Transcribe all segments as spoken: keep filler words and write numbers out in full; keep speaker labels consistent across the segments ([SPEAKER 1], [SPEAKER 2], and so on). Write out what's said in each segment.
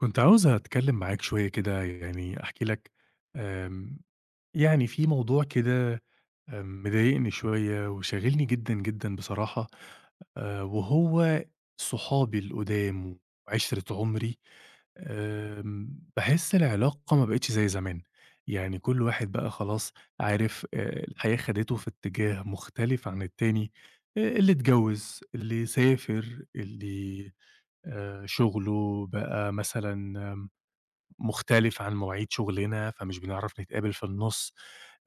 [SPEAKER 1] كنت عاوز أتكلم معاك شوية كده يعني أحكي لك. آمم، يعني في موضوع كده آمم، مضايقني شوية وشاغلني جدًا، جدًا بصراحة. آآ، وهو صحابي القدام وعِشرة عمري. آمم، باحس العلاقة ما بقِتش زي زمان، يعني كل واحد بقى خلاص عارف. آآ، الحياة خدته في اتجاه مختلف عن التاني، آآ، اللي اتجوّز، اللي سافر، اللي آآ، شغله بقى مثلًا آمم، مختلف عن مواعيد شغلنا، فمش بنعرف نتقابل في النُص.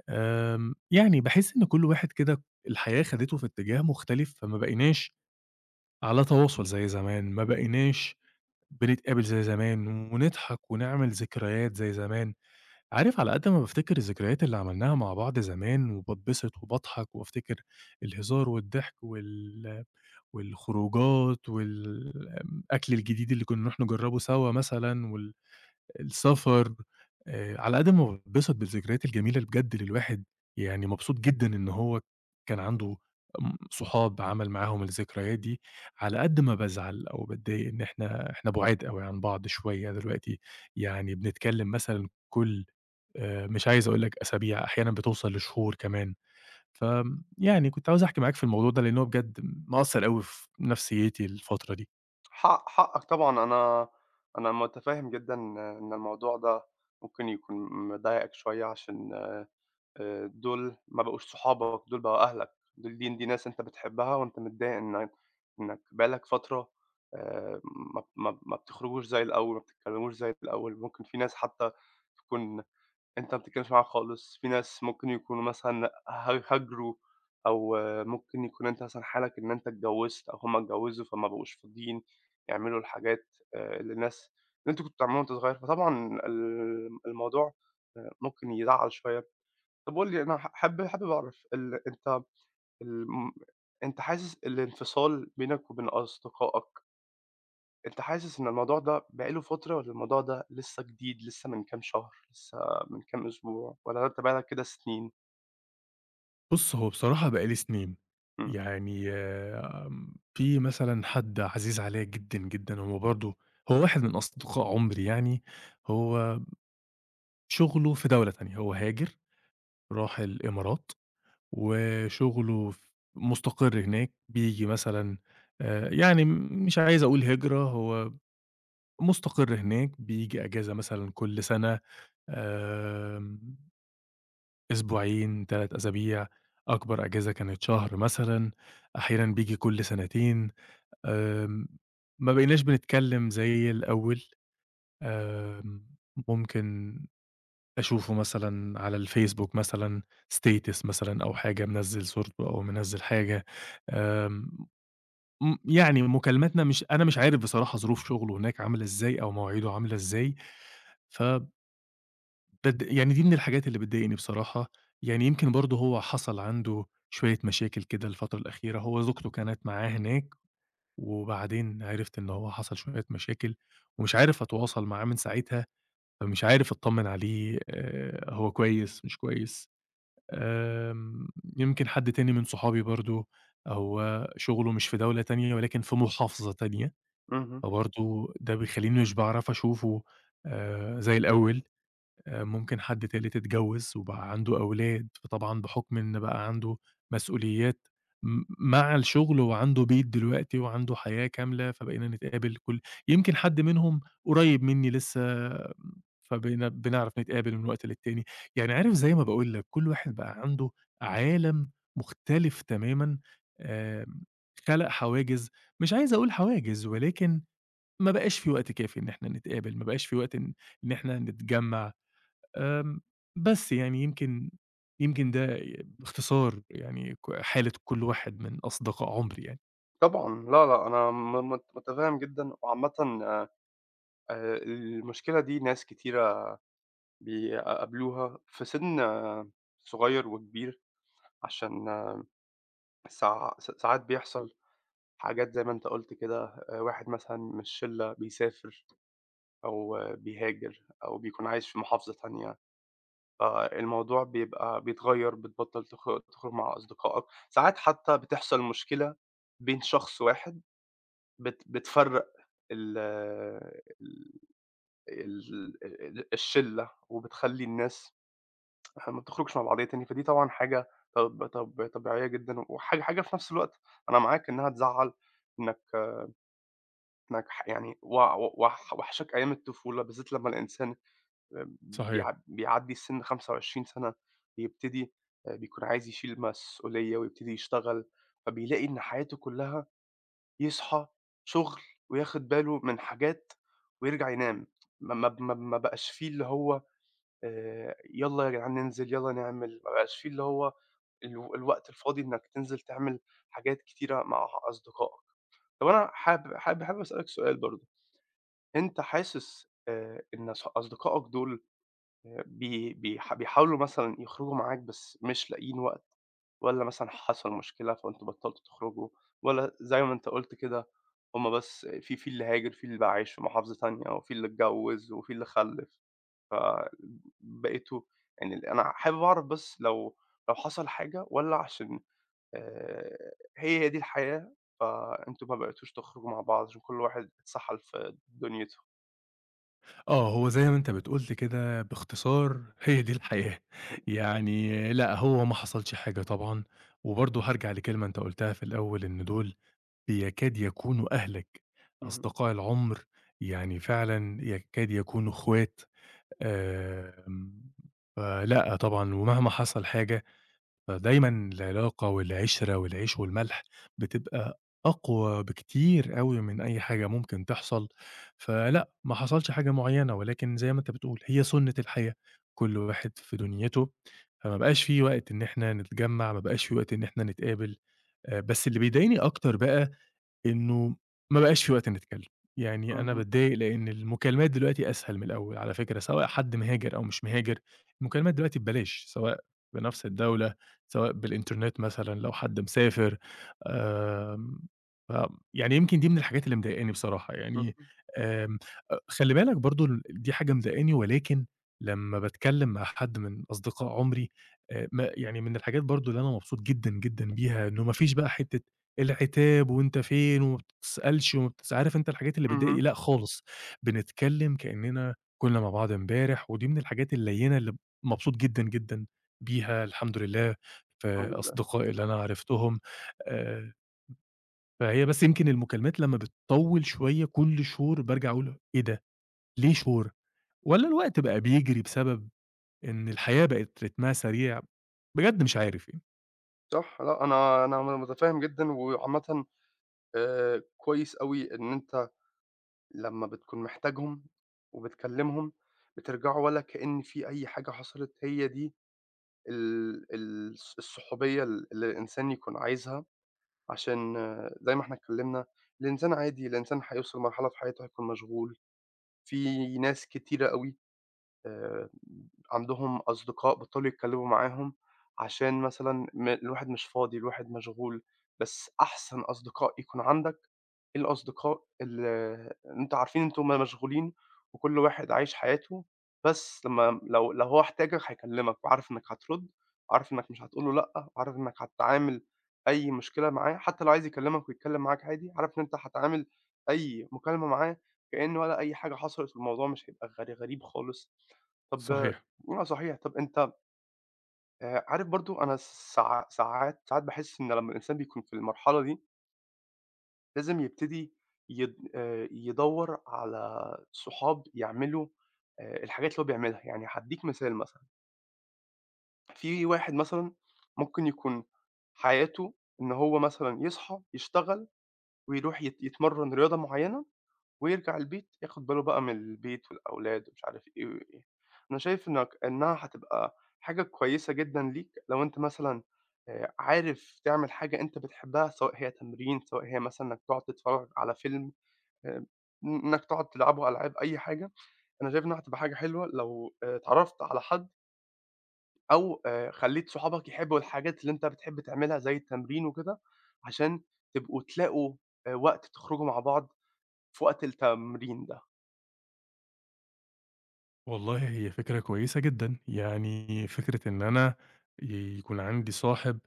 [SPEAKER 1] آمم، يعني باحس إن كل واحد كده الحياة خدته في اتجاه مختلف، فما بقيناش على تواصل زي زمان، ما بقيناش بنتقابل زي زمان، ونضحك ونعمل ذكريات زي زمان. عارف على قد ما بافتكر الذكريات اللي عملناها مع بعض زمان، وباتبسط وباضحك وبافتكر الهزار والضحك وال والخروجات والأكل الجديد اللي كنا نروح نجربه سوا مثلًا وال السفر. آآ على قد ما باتبسط بالذكريات الجميلة اللي بجد للواحد يعني مبسوط جدًا إن هو كان عنده امم صحاب عمل معاهم الذكريات دي، على قد ما بازعل أو باتضايق إن إحنا إحنا بُعاد أوي عن بعض شوية دلوقتي، يعني بنتكلم مثلًا كل آآ مش عايز أقول لك أسابيع، أحيانًا بتوصل لشهور كمان. فآمم يعني كنت عاوز أحكي معاك في الموضوع ده لأن هو بجد مأثّر أوي في نفسيتي الفترة دي.
[SPEAKER 2] حق حقك طبعًا، أنا أنا متفهم جدًا إن الموضوع ده ممكن يكون مضايقك شوية عشان آآ دول ما بقوش صحابك، دول بقوا أهلك، دول دي دي ناس أنت بتحبها وأنت متضايق إن إنك بقى لك فترة آآ ما ما ما بتخرجوش زي الأول، ما بتتكلموش زي الأول، ممكن في ناس حتى تكون أنت ما بتتكلمش معاهم خالص، في ناس ممكن يكونوا مثلًا ه هاجروا، أو آه، ممكن يكون أنت مثلًا حالك إن أنت اتجوّزت أو هُم اتجوّزوا فما بقوش فاضيين يعملوا الحاجات آآ اللي الناس اللي أنتم كنتوا بتعملوها وأنت صغير، فطبعًا ال الموضوع آآ ممكن يزعّل شوية. طَب قُل لي، أنا ح حابب حابب أعرف، ال أنت الم أنت حاسس الانفصال بينك وبين أصدقائك. أنت حاسس إن الموضوع ده بقى له فترة والّا الموضوع ده لسه جديد، لسه من كام شهر، لسه من كام أسبوع، والّا أنت بقى لك كده سنين؟
[SPEAKER 1] بُص، هو بصراحة بقى لي سنين،
[SPEAKER 2] إمم.
[SPEAKER 1] يعني آمم، في مثلًا حد عزيز عليّا جدًا، جدًا، هو برضه هو واحد من أصدقاء عُمري يعني. هو شُغله في دولة تانية، هو هاجر راح الإمارات، وشُغله ف مُستقر هناك، بييجي مثلًا آآ، يعني م مش عايز أقول هجرة، هو مُستقر هناك، بييجي أجازة مثلًا كل سنة، آمم أسبوعين، 3 أسابيع، أكبر أجازة كانت شهر مثلًا، أحيانًا بييجي كل سنتين. آمم، ما بقيناش بنتكلم زي الأول. آمم، ممكن أشوفه مثلًا على الفيسبوك مثلًا status مثلًا أو حاجة منزّل صورته أو منزّل حاجة. آمم، م يعني مكالماتنا مش أنا مش عارف بصراحة ظروف شغله هناك عاملة إزاي أو مواعيده عاملة إزاي، ف بد يعني دي من الحاجات اللي بتضايقني بصراحة. يعني يمكن برضه هو حصل عنده شوية مشاكل كده الفترة الأخيرة، هو زوجته كانت معاه هناك، وبعدين عرفت إن هو حصل شوية مشاكل، ومش عارف أتواصل معاه من ساعتها، فمش عارف أتطمن عليه آآ، هو كويس مش كويس. آمم، يمكن حد تاني من صحابي برضه هو شغله مش في دولة تانية ولكن في محافظة تانية،
[SPEAKER 2] اهم.
[SPEAKER 1] فبرضه ده بيخلّيني مش باعرف أشوفه آآ، زي الأول. آآ ممكن حد تالت اتجوّز وبقى عنده أولاد، فطبعًا بحُكم إن بقى عنده مسؤوليات م مع الشُغل وعنده بيت دلوقتي وعنده حياة كاملة، فبقينا نتقابل كل يمكن حد منهم قريّب منّي لسّه فبقينا بنعرف نتقابل من وقت للتاني. يعني عارف زي ما باقول لك، كل واحد بقى عنده عالم مختلف تمامًا. آمم خَلَق حواجز، مش عايز أقول حواجز، ولكن ما بقاش في وقت كافي إن إحنا نتقابل، ما بقاش في وقت إن إن إحنا نتجمّع. آمم، بس يعني يمكن يمكن ده ي باختصار يعني ك حالة كل واحد من أصدقاء عُمري يعني.
[SPEAKER 2] طبعًا لا، لأ أنا م مت متفهم جدًا، وعامةً آآ المشكلة دي ناس كتيرة بيقابلوها في سِن صغير وكبير، عشان ساع س ساعات بيحصل حاجات زي ما أنت قُلت كده. آآ واحد مثلًا من الشلة بيسافر أو بيهاجر أو بيكون عايش في محافظة تانية. فالموضوع بيبقى بيتغيّر، بتبطّل تخ تخرج مع أصدقائك، ساعات حتى بتحصل مشكلة بين شخص واحد بت بتفرّق ال ال ال ال الشلّة وبتخلّي الناس ما بتخرجش مع بعضيها تاني، فدي طبعًا حاجة طب طب طبيعية جدًا، وحاجة حاجة في نفس الوقت أنا معاك إنّها تزعّل، إنّك إنّك ح يعني و و وح وحشاك أيام الطفولة، بالذات لمّا الإنسان بيع
[SPEAKER 1] صحيح.
[SPEAKER 2] بيعدّي السِن خمسة وعشرين سَنة، بيبتدي آآ بيكون عايز يشيل مسؤولية ويبتدي يشتغل، فبيلاقي إن حياته كُلّها يصحى، شُغل، وياخد باله من حاجات، ويرجع ينام. ما ما ما ما بقاش في اللي هو آآ يالّا يا جدعان ننزل، يالّا نعمل، ما بقاش في اللي هو الو الوقت الفاضي إنّك تنزل تعمل حاجات كتيرة مع أصدقائك. طَب أنا حاب حاب حابب أسألك سؤال برضه، أنت حاسس آآ إن أص أصدقائك دول بي بيح بيحاولوا مثلًا يخرجوا معاك بس مش لاقيين وقت، والّا مثلًا حصل مشكلة فأنتم بطلتوا تخرجوا، والّا زي ما أنت قُلت كده هم بس في في اللي هاجر، في اللي بقى عايش في محافظة تانية، وفي اللي اتجوّز، وفي اللي خلّف، فبقيتوا، يعني ال أنا حابب أعرف بس لو لو حصل حاجة، والّا عشان آآ هي، هي دي الحياة فأنتم ما بقيتوش تخرجوا مع بعض عشان كل واحد اتسحل في دنيته؟
[SPEAKER 1] آه، هو زي ما أنت بتقول لي كده باختصار هي دي الحياة. يعني لأ، هو ما حصلش حاجة طبعًا، وبرضه هارجع لكلمة أنت قُلتها في الأول إن دول بيكاد يكونوا أهلك،
[SPEAKER 2] اهم،
[SPEAKER 1] أصدقاء العُمر يعني فعلًا يكاد يكونوا إخوات. آمم، فلأ طبعًا ومهما حصل حاجة فدايمًا العلاقة والعِشرة والعيش والملح بتبقى أقوى بكتير أوي من أي حاجة ممكن تحصل، فلأ، ما حصلش حاجة معيّنة، ولكن زي ما أنت بتقول هي سُنّة الحياة، كل واحد في دنيته، فما بقاش في وقت إن إحنا نتجمّع، ما بقاش في وقت إن إحنا نتقابل. آآ، بس اللي بيضايقني أكتر بقى إنه ما بقاش في وقت نتكلم، يعني أنا
[SPEAKER 2] اهم،
[SPEAKER 1] باتضايق لإن المكالمات دلوقتي أسهل من الأول على فكرة، سواء حد مهاجر أو مش مهاجر، المكالمات دلوقتي ببلاش، سواء بنفس الدولة، سواء بالإنترنت مثلًا لو حد مسافر. آمم، ف يعني يمكن دي من الحاجات اللي مضايقاني بصراحة، يعني
[SPEAKER 2] اهم،
[SPEAKER 1] آمم، أ خلّي بالك برضه ال دي حاجة مضايقاني ولكن لمّا باتكلم مع حد من أصدقاء عمري، آآ، ما يعني من الحاجات برضه اللي أنا مبسوط جدًا، جدًا بيها إنه ما فيش بقى حتة العتاب وأنت فين وما بتسألش وما بتس عارف أنت الحاجات اللي بتضايق
[SPEAKER 2] اهم.
[SPEAKER 1] دي، لأ خالص، بنتكلّم كإننا كُنّا مع بعض امبارح، ودي من الحاجات الهيّنة اللي مبسوط جدًا، جدًا بيها الحمد لله في
[SPEAKER 2] الحمد لله.
[SPEAKER 1] أصدقائي اللي أنا عرفتهم. آآ، فهي بس يمكن المكالمات لمّا بتطوّل شوية كل شهور بارجع أقول إيه ده! ليه شهور؟ والّا الوقت بقى بيجري بسبب إن الحياة بقت رتمها سريع؟ بجد مش عارف يعني.
[SPEAKER 2] صح، لأ أنا أنا م متفهّم جدًا، وعامةً آآ كويس أوي إن أنت لمّا بتكون محتاجهم وبتكلّمهم، بترجعوا ولا كإن في أي حاجة حصلت. هي دي ال ال الصحوبية ال اللي الإنسان يكون عايزها، عشان آه، زي ما إحنا اتكلّمنا الإنسان عادي، الإنسان هيوصل لمرحلة في حياته هيكون مشغول، في ناس كتيرة أوي آآ عندهم أصدقاء بطّلوا يتكلّموا معاهم عشان مثلًا م الواحد مش فاضي، الواحد مشغول. بس أحسن أصدقاء يكون عندك الأصدقاء ال أنتم عارفين أنتم مشغولين وكل واحد عايش حياته، بس لمّا لو لو هو احتاجك هيكلّمك، وعارف إنّك هترُد، وعارف إنّك مش هتقول له لأ، وعارف إنّك هتتعامل أي مشكلة معاه، حتّى لو عايز يكلّمك ويتكلّم معاك عادي، عارف إن أنت هتعامل أي مكالمة معاه كإن ولا أي حاجة حصلت والموضوع مش هيبقى غري غريب خالص. طب.
[SPEAKER 1] صحيح.
[SPEAKER 2] آه صحيح، طب أنت آآ عارف برضه أنا ساع ساعات ساعات باحس إن لمّا الإنسان بيكون في المرحلة دي، لازم يبتدي يد آآ يدوّر على صحاب يعملوا آآ الحاجات اللي هو بيعملها. يعني هادّيك مثال مثلًا، في واحد مثلًا ممكن يكون حياته إن هو مثلًا يصحى، يشتغل، ويروح يت يتمرّن رياضة معيّنة ويرجع البيت ياخد باله بقى من البيت والأولاد ومش عارف إيه وإيه. أنا شايف إنك إنها هتبقى حاجة كويسة جدًا ليك لو أنت مثلًا آآ عارف تعمل حاجة أنت بتحبها، سواء هي تمرين، سواء هي مثلًا إنك تقعد تتفرّج على فيلم، آآ إن إنك تقعد تلعبوا ألعاب، أي حاجة. أنا شايف إنها هتبقى حاجة حلوة لو آآ اتعرّفت على حد أو آآ خلّيت صحابك يحبّوا الحاجات اللي أنت بتحب تعملها زي التمرين وكده، عشان تبقوا تلاقوا آآ وقت تخرجوا مع بعض في وقت التمرين ده.
[SPEAKER 1] والله هي فكرة كويسة جدًا، يعني فكرة إن أنا يكون عندي صاحب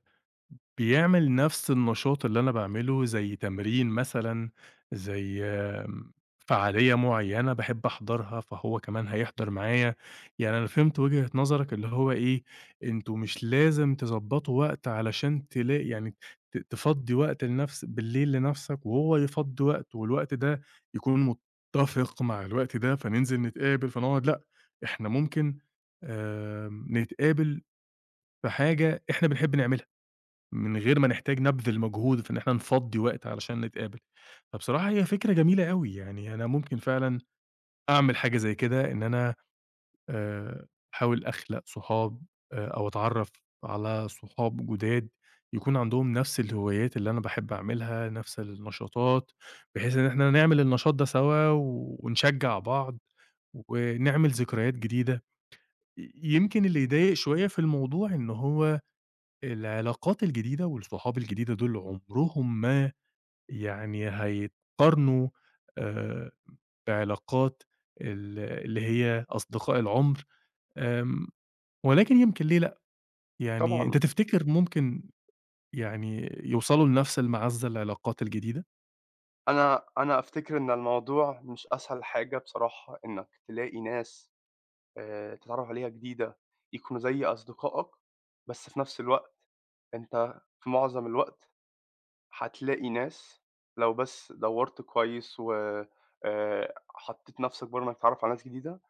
[SPEAKER 1] بيعمل نفس النشاط اللي أنا باعمله، زي تمرين مثلًا، زي آمم، فعالية معيّنة باحب أحضرها، فهو كمان هيحضر معايا. يعني أنا فهمت وجهة نظرك اللي هو إيه، أنتم مش لازم تضبّطوا وقت علشان تلا يعني ت تفضّي وقت لنفس بالليل لنفسك وهو يفضّي وقت والوقت ده يكون متّفق مع الوقت ده، فننزل نتقابل فنقعد، لأ، إحنا ممكن آمم، نتقابل في حاجة إحنا بنحب نعملها. من غير ما نحتاج نبذل مجهود في إن إحنا نفضّي وقت علشان نتقابل. فبصراحة هي فكرة جميلة أوي، يعني أنا ممكن فعلًا أعمل حاجة زي كده، إن أنا آآ أحاول أخلق صحاب آآ أو أتعرّف على صحاب جُداد يكون عندهم نفس الهوايات اللي أنا باحب أعملها، نفس النشاطات، بحيث إن إحنا نعمل النشاط ده سوا و- ونشجّع بعض ونعمل ذكريات جديدة. ي يمكن اللي يضايق شوية في الموضوع إن هو العلاقات الجديدة والصحاب الجديدة دول عمرهم ما يعني هيتقارنوا آآ بعلاقات ال اللي هي أصدقاء العُمر، آمم ولكن يمكن ليه لأ، يعني
[SPEAKER 2] طبعًا.
[SPEAKER 1] أنت تفتكر ممكن يعني يوصلوا لنفس المَعزّة العلاقات الجديدة؟
[SPEAKER 2] أنا أنا أفتكر إن الموضوع مش أسهل حاجة بصراحة إنّك تلاقي ناس آآ تتعرّف عليها جديدة، يكونوا زي أصدقائك، بس في نفس الوقت أنت في معظم الوقت هتلاقي ناس، لو بس دوّرت كويس و آآ حطّيت نَفْسك برّه إنّك تتعرّف على ناس جديدة،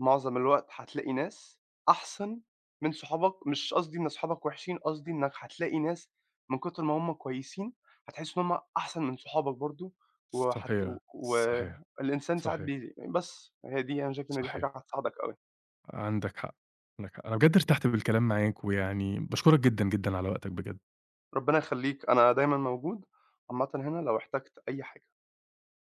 [SPEAKER 2] معظم الوقت هتلاقي ناس أحسن من صحابك. مش قصدي إن صحابك وِحشين، قصدي إنّك هتلاقي ناس من كتر ما هم كويسين، هتحس إن هم أحسن من صحابك برضه وهت
[SPEAKER 1] صحيح، صحيح،
[SPEAKER 2] والإنسان ساعات
[SPEAKER 1] صحيح،
[SPEAKER 2] بي بس هي دي، أنا شايف إن دي
[SPEAKER 1] صحيح.
[SPEAKER 2] حاجة هتساعدك أوي.
[SPEAKER 1] عندك حق، عندك حق. أنا بجد ارتحت بالكلام معاك، ويعني باشكرك جدًا، جدًا على وقتك بجد.
[SPEAKER 2] ربنا يخلّيك، أنا دايمًا موجود عامةً هنا لو احتجت أي حاجة.